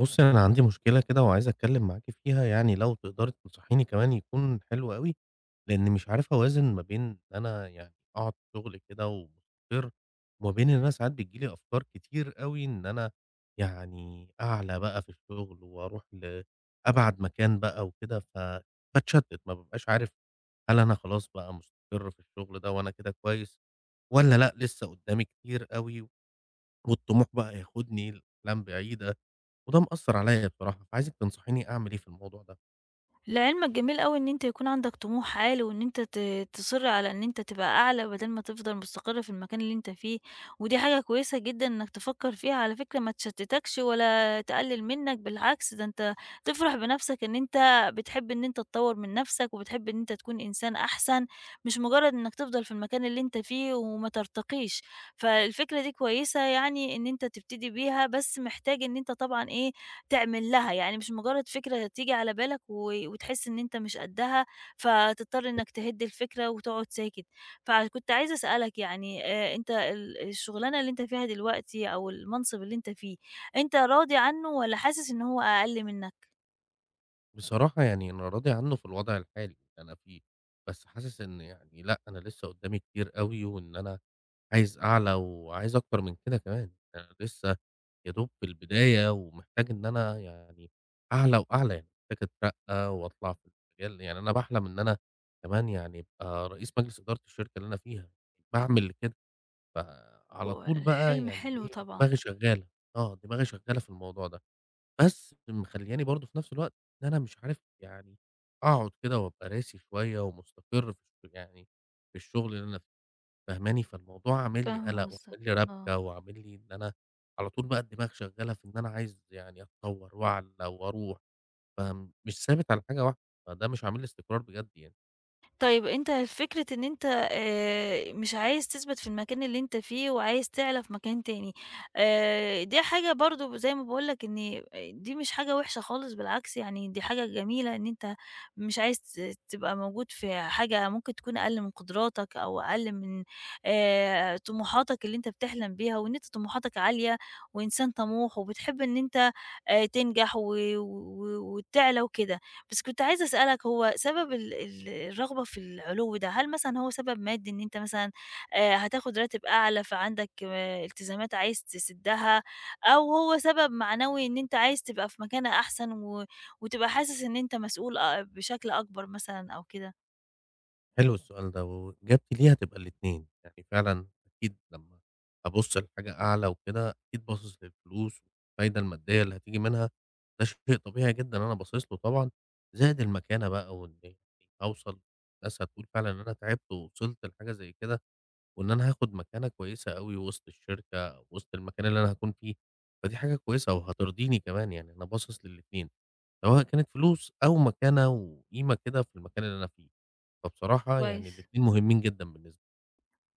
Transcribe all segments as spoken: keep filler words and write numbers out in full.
بُصّي، أنا عندي مشكلة كده وعايز أتكلّم معاكِ فيها، يعني لو تقدري تنصحيني كمان يكون حلو أوي، لإن مش عارف أوازن ما بين إن أنا يعني أقعد في شغل كده ومستقر، وما بين إن أنا ساعات بتيجي لي أفكار كتير أوي إن أنا يعني أعلى بقى في الشغل وأروح ل أبعد مكان بقى وكده، فباتشتّت، ما بابقاش عارف هل أنا خلاص بقى مستقر في الشغل ده وأنا كده كويس والّا لأ، لسه قدّامي كتير أوي والطموح بقى ياخدني لأقلام بعيدة، وده مأثّر عليّا بصراحة، فعايزِك تنصحيني أعمل إيه في الموضوع ده؟ لعلمك جميل أوي إن أنت يكون عندك طموح عالي، وإن أنت ت تصِرّ على إن أنت تبقى أعلى بدل ما تفضل مستقر في المكان اللي أنت فيه، ودي حاجة كويسة جدًا إنك تفكّر فيها، على فكرة ما تشتتكش ولا تقلل منك، بالعكس ده أنت تفرح بنفسك إن أنت بتحب إن أنت تطوّر من نفسك، وبتحب إن أنت تكون إنسان أحسن، مش مجرد إنك تفضل في المكان اللي أنت فيه وما ترتقيش، فالفكرة دي كويسة يعني إن أنت تبتدي بيها، بس محتاج إن أنت طبعًا إيه تعمل لها، يعني مش مجرد فكرة تيجي على بالك و وتحس إن أنت مش قدّها، فتضطر إنك تهِد الفكرة وتقعد ساكت. فكنت عايزة أسألك يعني آآ أنت ال الشغلانة اللي أنت فيها دلوقتي أو المنصب اللي أنت فيه، أنت راضي عنه والّا حاسس إن هو أقل منّك؟ بصراحة يعني أنا راضي عنّه في الوضع الحالي اللي أنا فيه، بس حاسس إن يعني لأ، أنا لسّه قدّامي كتير أوي، وإن أنا عايز أعلى وعايز أكتر من كده كمان، أنا لسّه يا دوب في البداية ومحتاج إن أنا يعني أعلى وأعلى، يعني محتاج أترقّى وأطلع في المجال، يعني أنا باحلم إن أنا كمان يعني أبقى رئيس مجلس إدارة الشركة اللي أنا فيها، باعمل كده. فعلى طول بقى الحلم يعني حلو إيه، طبعًا. دماغي شغّالة، آه، دماغي شغّالة في الموضوع ده، بس مخلّياني برضه في نفس الوقت إن أنا مش عارف يعني أقعد كده وأبقى راسي شوية ومستقر في الش يعني في الشغل اللي أنا فيه، فاهماني؟ فالموضوع عامل لي فاهمة قلق قصدك، وعامل لي آه. ربكة وعامل لي إن أنا على طول بقى الدماغ شغّالة في إن أنا عايز يعني أتطوّر وأعلى وأروح، فمش ثابت على حاجة واحدة، فده مش عامل لي استقرار بجد يعني. طيب أنت فكرة إن أنت آآ مش عايز تثبت في المكان اللي أنت فيه وعايز تعلى في مكان تاني، آآ دي حاجة برضه زي ما باقول لك إن دي مش حاجة وحشة خالص، بالعكس يعني دي حاجة جميلة إن أنت مش عايز ت تبقى موجود في حاجة ممكن تكون أقل من قدراتك أو أقل من آآ طموحاتك اللي أنت بتحلم بيها، وإن أنت طموحاتك عالية وإنسان طموح وبتحب إن أنت آآ تنجح و و وتعلى وكده. بس كنت عايزة أسألك هو سبب ال ال الرغبة في العُلو ده، هل مثلًا هو سبب مادي إن أنت مثلًا آآ هتاخد راتب أعلى فعندك آه، التزامات عايز تسدّها، أو هو سبب معنوي إن أنت عايز تبقى في مكانة أحسن و وتبقى حاسس إن أنت مسؤول أ بشكل أكبر مثلًا أو كده؟ حلو السؤال ده، وإجابتي ليه هتبقى الاتنين، يعني فعلًا أكيد لمّا أبُص لحاجة أعلى وكده، أكيد باصص للفلوس والفايدة المادية اللي هتيجي منها، ده شيء طبيعي جدًا أنا باصص له طبعًا، زائد المكانة بقى وإن يعني أوصل الناس هتقول فعلًا إن أنا تعبت ووصلت لحاجة زي كده، وإن أنا هاخد مكانة كويسة أوي وسط الشركة أو وسط المكان اللي أنا هاكون فيه، فدي حاجة كويسة وهترضيني كمان، يعني أنا باصص للاتنين. سواء كانت فلوس أو مكانة وقيمة كده في المكان اللي أنا فيه. فبصراحة يعني كويس. الاتنين مهمين جدًا بالنسبة لي.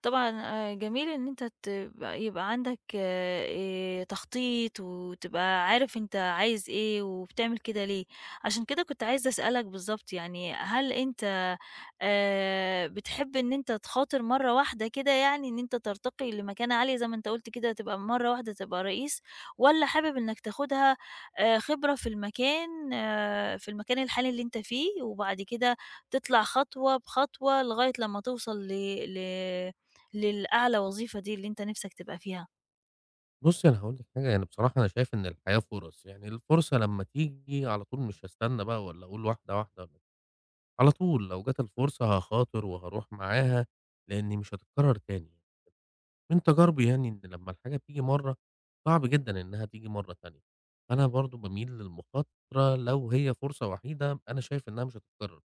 طبعًا آآ جميل إن أنت تبقى يبقى عندك آآ تخطيط، وتبقى عارف أنت عايز إيه، وبتعمل كده ليه. عشان كده كنت عايزة أسألك بالضبط يعني هل أنت آآ بتحب إن أنت تخاطر مرّة واحدة كده يعني إن أنت ترتقي لمكانة عالية زي ما أنت قُلت كده تبقى مرّة واحدة تبقى رئيس، والّا حابب إنك تاخدها آآ خبرة في المكان آه، في المكان الحالي اللي أنت فيه، وبعد كده تطلع خطوة بخطوة لغاية لمّا توصل ل ل للأعلى وظيفة دي اللي أنت نِفْسك تبقى فيها. بُصّي أنا هاقول لِك حاجة، يعني بصراحة أنا شايف إن الحياة فرص، يعني الفرصة لمّا تيجي على طول مش هاستنى بقى والّا أقول واحدة، واحدة، ولا- على طول لو جات الفرصة هاخاطر وهاروح معاها، لإن مش هتتكرر تاني. من تجاربي يعني إن لمّا الحاجة بتيجي مرّة، صعب جدًا إنها تيجي مرّة تانية. أنا برضه باميل للمخاطرة لو هي فرصة وحيدة أنا شايف إنها مش هتتكرر.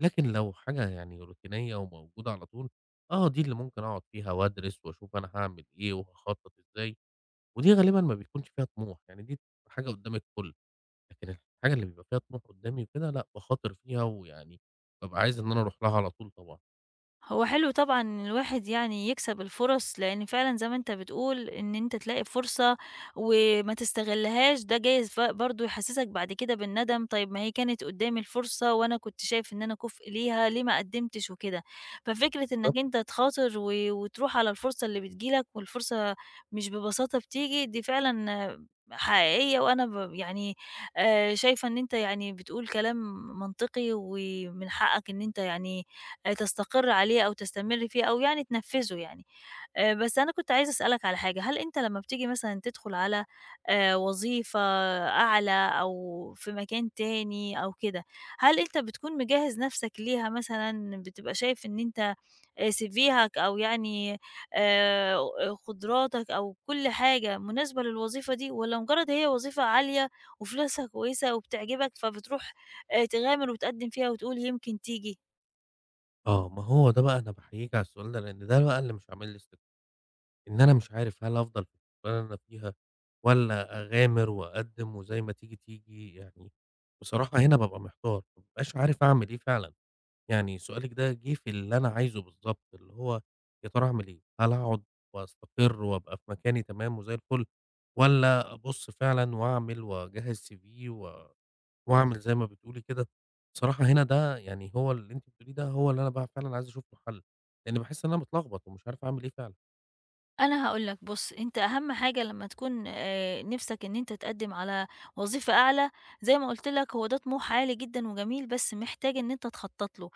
لكن لو حاجة يعني روتينية وموجودة على طول، آه دي اللي ممكن أقعد فيها وأدرس وأشوف أنا هاعمل إيه وهاخطط إزاي، ودي غالبًا ما بيكونش فيها طموح، يعني دي حاجة قدّام الكل، لكن الحاجة اللي بيبقى فيها طموح قدّامي وكده لأ، باخاطر فيها ويعني بابقى عايز إن أنا أروح لها على طول طبعًا. هو حلو طبعًا إن الواحد يعني يكسب الفُرَص، لإن فعلًا زي ما أنت بتقول إن أنت تلاقي فرصة وما تستغلّهاش، ده جايز ف برضه يحسّسك بعد كده بالندم، طيب ما هي كانت قُدّامي الفرصة وأنا كنت شايف إن أنا كُفء ليها، ليه ما قدّمتش وكده. ففكرة إنّك بالضبط. أنت تخاطر و وتروح على الفرصة اللي بتيجي لك، والفرصة مش ببساطة بتيجي، دي فعلًا آه، حقيقية. وأنا ب يعني آآ شايفة إن أنت يعني بتقول كلام منطقي ومن حقّك إن أنت يعني آآ تستقر عليه أو تستمر فيه أو يعني تنفّذه يعني. آآ بس أنا كنت عايزة أسألك على حاجة، هل أنت لمّا بتيجي مثلًا تدخل على آآ وظيفة أعلى أو في مكان تاني أو كده، هل أنت بتكون مجهّز نَفْسك ليها مثلًا، بتبقى شايف إن أنت آآ سيفيهك أو يعني آآ قدراتك أو كل حاجة مناسبة للوظيفة دي، والّا مجرّد هي وظيفة عالية وفلوسها كويسة وبتعجبك فبتروح آآ تغامر وتقدّم فيها وتقول يمكن تيجي؟ آه، ما هو ده بقى أنا باحييك على السؤال ده، لإن ده بقى اللي مش عامل لي استقرار، إن أنا مش عارف هل أفضل في الشغلانة اللي أنا فيها والّا أغامر وأقدّم وزي ما تيجي، تيجي، يعني بصراحة هنا بابقى محتار، ما بابقاش عارف أعمل إيه فعلًا. يعني سؤالِك ده جِه في اللي أنا عايزه بالضبط، اللي هو يا ترى أعمل إيه؟ هل أقعد وأستقر وأبقى في مكاني تمام وزي الفل، والّا أبُص فعلًا وأعمل وأجهّز سي في و وأعمل زي ما بتقولي كده؟ بصراحة هنا ده يعني هو اللي أنتِ بتقوليه ده هو اللي أنا بقى فعلًا عايز أشوف له حل، لإن باحس إن أنا متلخبط ومش عارف أعمل إيه فعلًا. أنا هاقول لك بُص، أنت أهم حاجة لمّا تكون آآ نِفْسك إن أنت تقدّم على وظيفة أعلى، زي ما قُلت لك هو ده طموح عالي جدًا وجميل، بس محتاج إن أنت تخطّط له.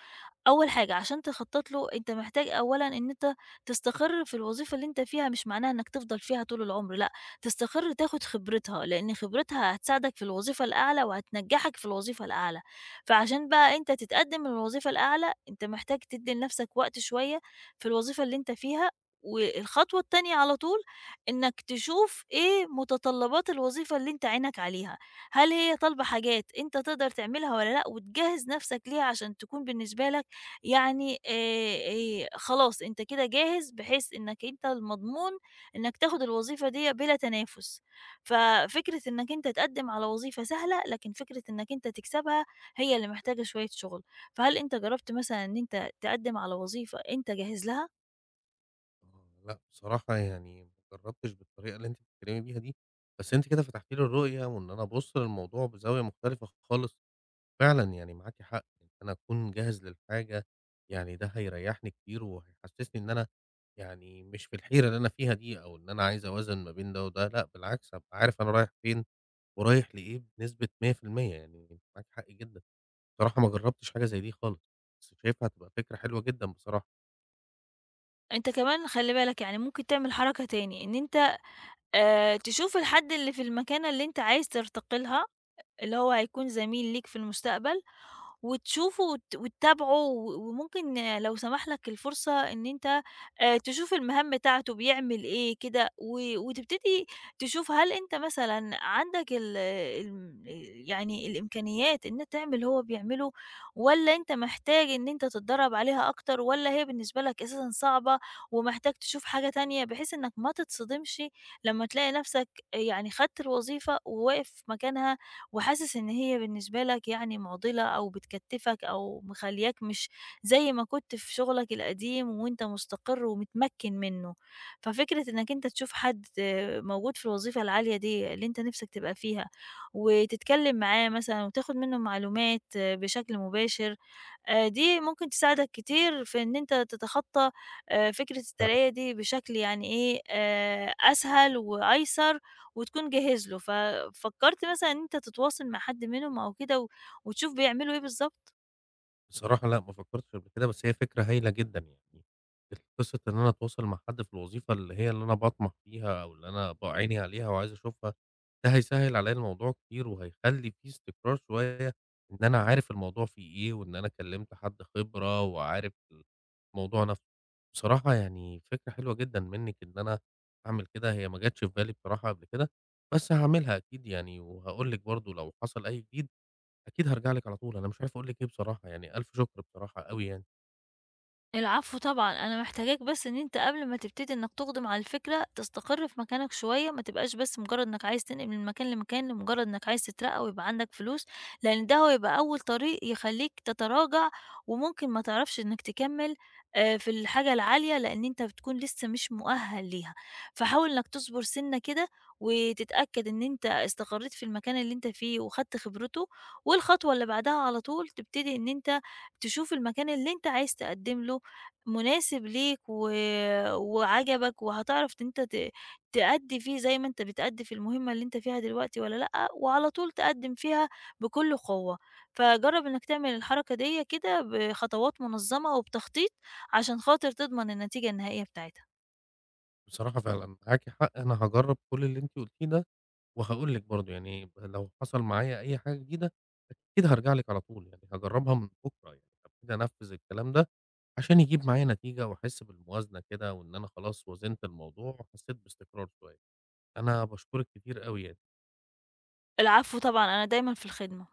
أول حاجة عشان تخطّط له، أنت محتاج أولًا إن أنت تستقر في الوظيفة اللي أنت فيها، مش معناها إنك تفضل فيها طول العمر، لأ، تستقر تاخد خبرتها، لإن خبرتها هتساعدك في الوظيفة الأعلى وهتنجّحك في الوظيفة الأعلى. فعشان بقى أنت تتقدّم للوظيفة الأعلى، أنت محتاج تدّي لنفْسك وقت شوية في الوظيفة اللي أنت فيها، والخطوة التانية على طول إنك تشوف إيه متطلبات الوظيفة اللي أنت عينك عليها، هل هي طالبة حاجات أنت تقدر تعملها والّا لأ، وتجهّز نفْسك ليها عشان تكون بالنسبة لك يعني آآ، آآ خلاص أنت كده جاهز بحيث إنك أنت المضمون إنك تاخد الوظيفة ديّة بلا تنافس. ففكرة إنك أنت تقدّم على وظيفة سهلة، لكن فكرة إنك أنت تكسبها هي اللي محتاجة شوية شغل. فهل أنت جرّبت مثلًا إن أنت تقدّم على وظيفة أنت جاهز لها؟ آه، لأ بصراحة يعني ما جرّبتش بالطريقة اللي أنتِ بتتكلمي بيها دي، بس أنتِ كده فتحتِ لي الرؤية وإن أنا أبُص للموضوع بزاوية مختلفة خالص. فعلًا يعني معاكِ حق، إن أنا أكون جاهز للحاجة، يعني ده هيريحني كتير وهيحسسني إن أنا يعني مش في الحيرة اللي أنا فيها دي، أو إن أنا عايز أوازن ما بين ده وده، لأ بالعكس هابقى عارف أنا رايح فين ورايح لإيه بنسبة مية في المية يعني أنتِ معاكِ حق جدًا، بصراحة ما جربتش حاجة زي دي خالص، بس شايفها هتبقى فكرة حلوة جدًا بصراحة. أنت كمان خلّي بالك يعني ممكن تعمل حركة تاني، إن أنت آآ، تشوف الحد اللي في المكانة اللي أنت عايز ترتقي لها، اللي هو هيكون زميل ليك في المستقبل، وتشوفه وت وتتابعه و وممكن آه، لو سمح لك الفرصة إن أنت آآ، تشوف المهام بتاعته بيعمل إيه كده، و وتبتدي تشوف هل أنت مثلًا عندك ال الم يعني الإمكانيات إن إنت تعمل اللي هو بيعمله، والّا أنت محتاج إن أنت تتدرب عليها أكتر، والّا هي بالنسبة لك أساسًا صعبة ومحتاج تشوف حاجة تانية، بحيث إنك ما تتصدمش لما تلاقي نفسك يعني خدت الوظيفة وواقف مكانها وحاسس إن هي بالنسبة لك يعني مُعضِلة أو بتكتّفك أو مخلّياك مش زي ما كنت في شغلك القديم وأنت مستقر ومتمكّن منّه. ففكرة إنّك أنت تشوف حد آه، موجود في الوظيفة العالية دي اللي أنت نِفْسك تبقى فيها، وتتكلّم معاه مثلًا وتاخُد منّه معلومات آه، بشكل مباشر. آآ دي ممكن تساعدك كتير في إن أنت تتخطّى آآ فكرة الترقية دي بشكل يعني إيه، آآ أسهل وأيسر وتكون جاهز له. ففكّرت مثلًا إن أنت تتواصل مع حد منهم أو كده و وتشوف بيعملوا إيه بالضبط؟ بصراحة لأ، ما فكّرتش قبل كده، بس هي فكرة هايلة جدًا يعني، قصة إن أنا أتواصل مع حد في الوظيفة اللي هي اللي أنا باطمح فيها أو اللي أنا ب عيني عليها وعايز أشوفها، ده هيسهّل عليّا الموضوع كتير وهيخلّي في استقرار شوية، إن أنا عارف الموضوع فيه إيه وإن أنا كلّمت حد خبرة وعارف الموضوع نفْسه. بصراحة يعني فكرة حلوة جدًا منِّك إن أنا أعمل كده، هي ما جاتش في بالي بصراحة قبل كده، بس هاعملها أكيد يعني وهاقول لِك برضه لو حصل أي جديد. أكيد هارجع لِك على طول، أنا مش عارف أقول لِك إيه بصراحة، يعني ألف شكر بصراحة أوي يعني، العفو طبعًا، أنا محتاجاك بس إن أنت قبل ما تبتدي إنك تُقدم على الفكرة، تستقر في مكانك شوية، ما تبقاش بس مجرد إنك عايز تنقل من مكان لمكان لمجرد إنك عايز تترقى ويبقى عندك فلوس، لأن ده هو هيبقى أول طريق يخلّيك تتراجع، وممكن ما تعرفش إنك تكمّل آآ في الحاجة العالية، لأن أنت بتكون لسه مش مؤهل ليها. فحاول إنك تصبر سِنّة كده، وتتأكد إن أنت استقريت في المكان اللي أنت فيه وخدت خبرته، والخطوة اللي بعدها على طول تبتدي إن أنت تشوف المكان اللي أنت عايز تقدّم له مناسب ليك و وعجبك، وهتعرف إن أنت ت تأدّي فيه زي ما أنت بتأدّي في المهمة اللي أنت فيها دلوقتي والّا لأ، وعلى طول تقدّم فيها بكل قوة. فجرّب إنك تعمل الحركة ديّة كده بخطوات منظمة وبتخطيط، عشان خاطر تضمن النتيجة النهائية بتاعتها. بصراحة فعلًا معاكِ حق، أنا هاجرّب كل اللي أنتِ قُلتيه ده، وهاقول لِك برضه يعني ب لو حصل معايا أي حاجة جديدة، أكيد هارجع لِك على طول يعني، هاجرّبها من بُكرة يعني، هابتدي أنفّذ الكلام ده عشان يجيب معايا نتيجة وأحس بالموازنة كده، وإن أنا خلاص وازنت الموضوع وحسيت باستقرار شوية، أنا باشكرِك كتير أوي يعني. العفو طبعًا، أنا دايمًا في الخدمة.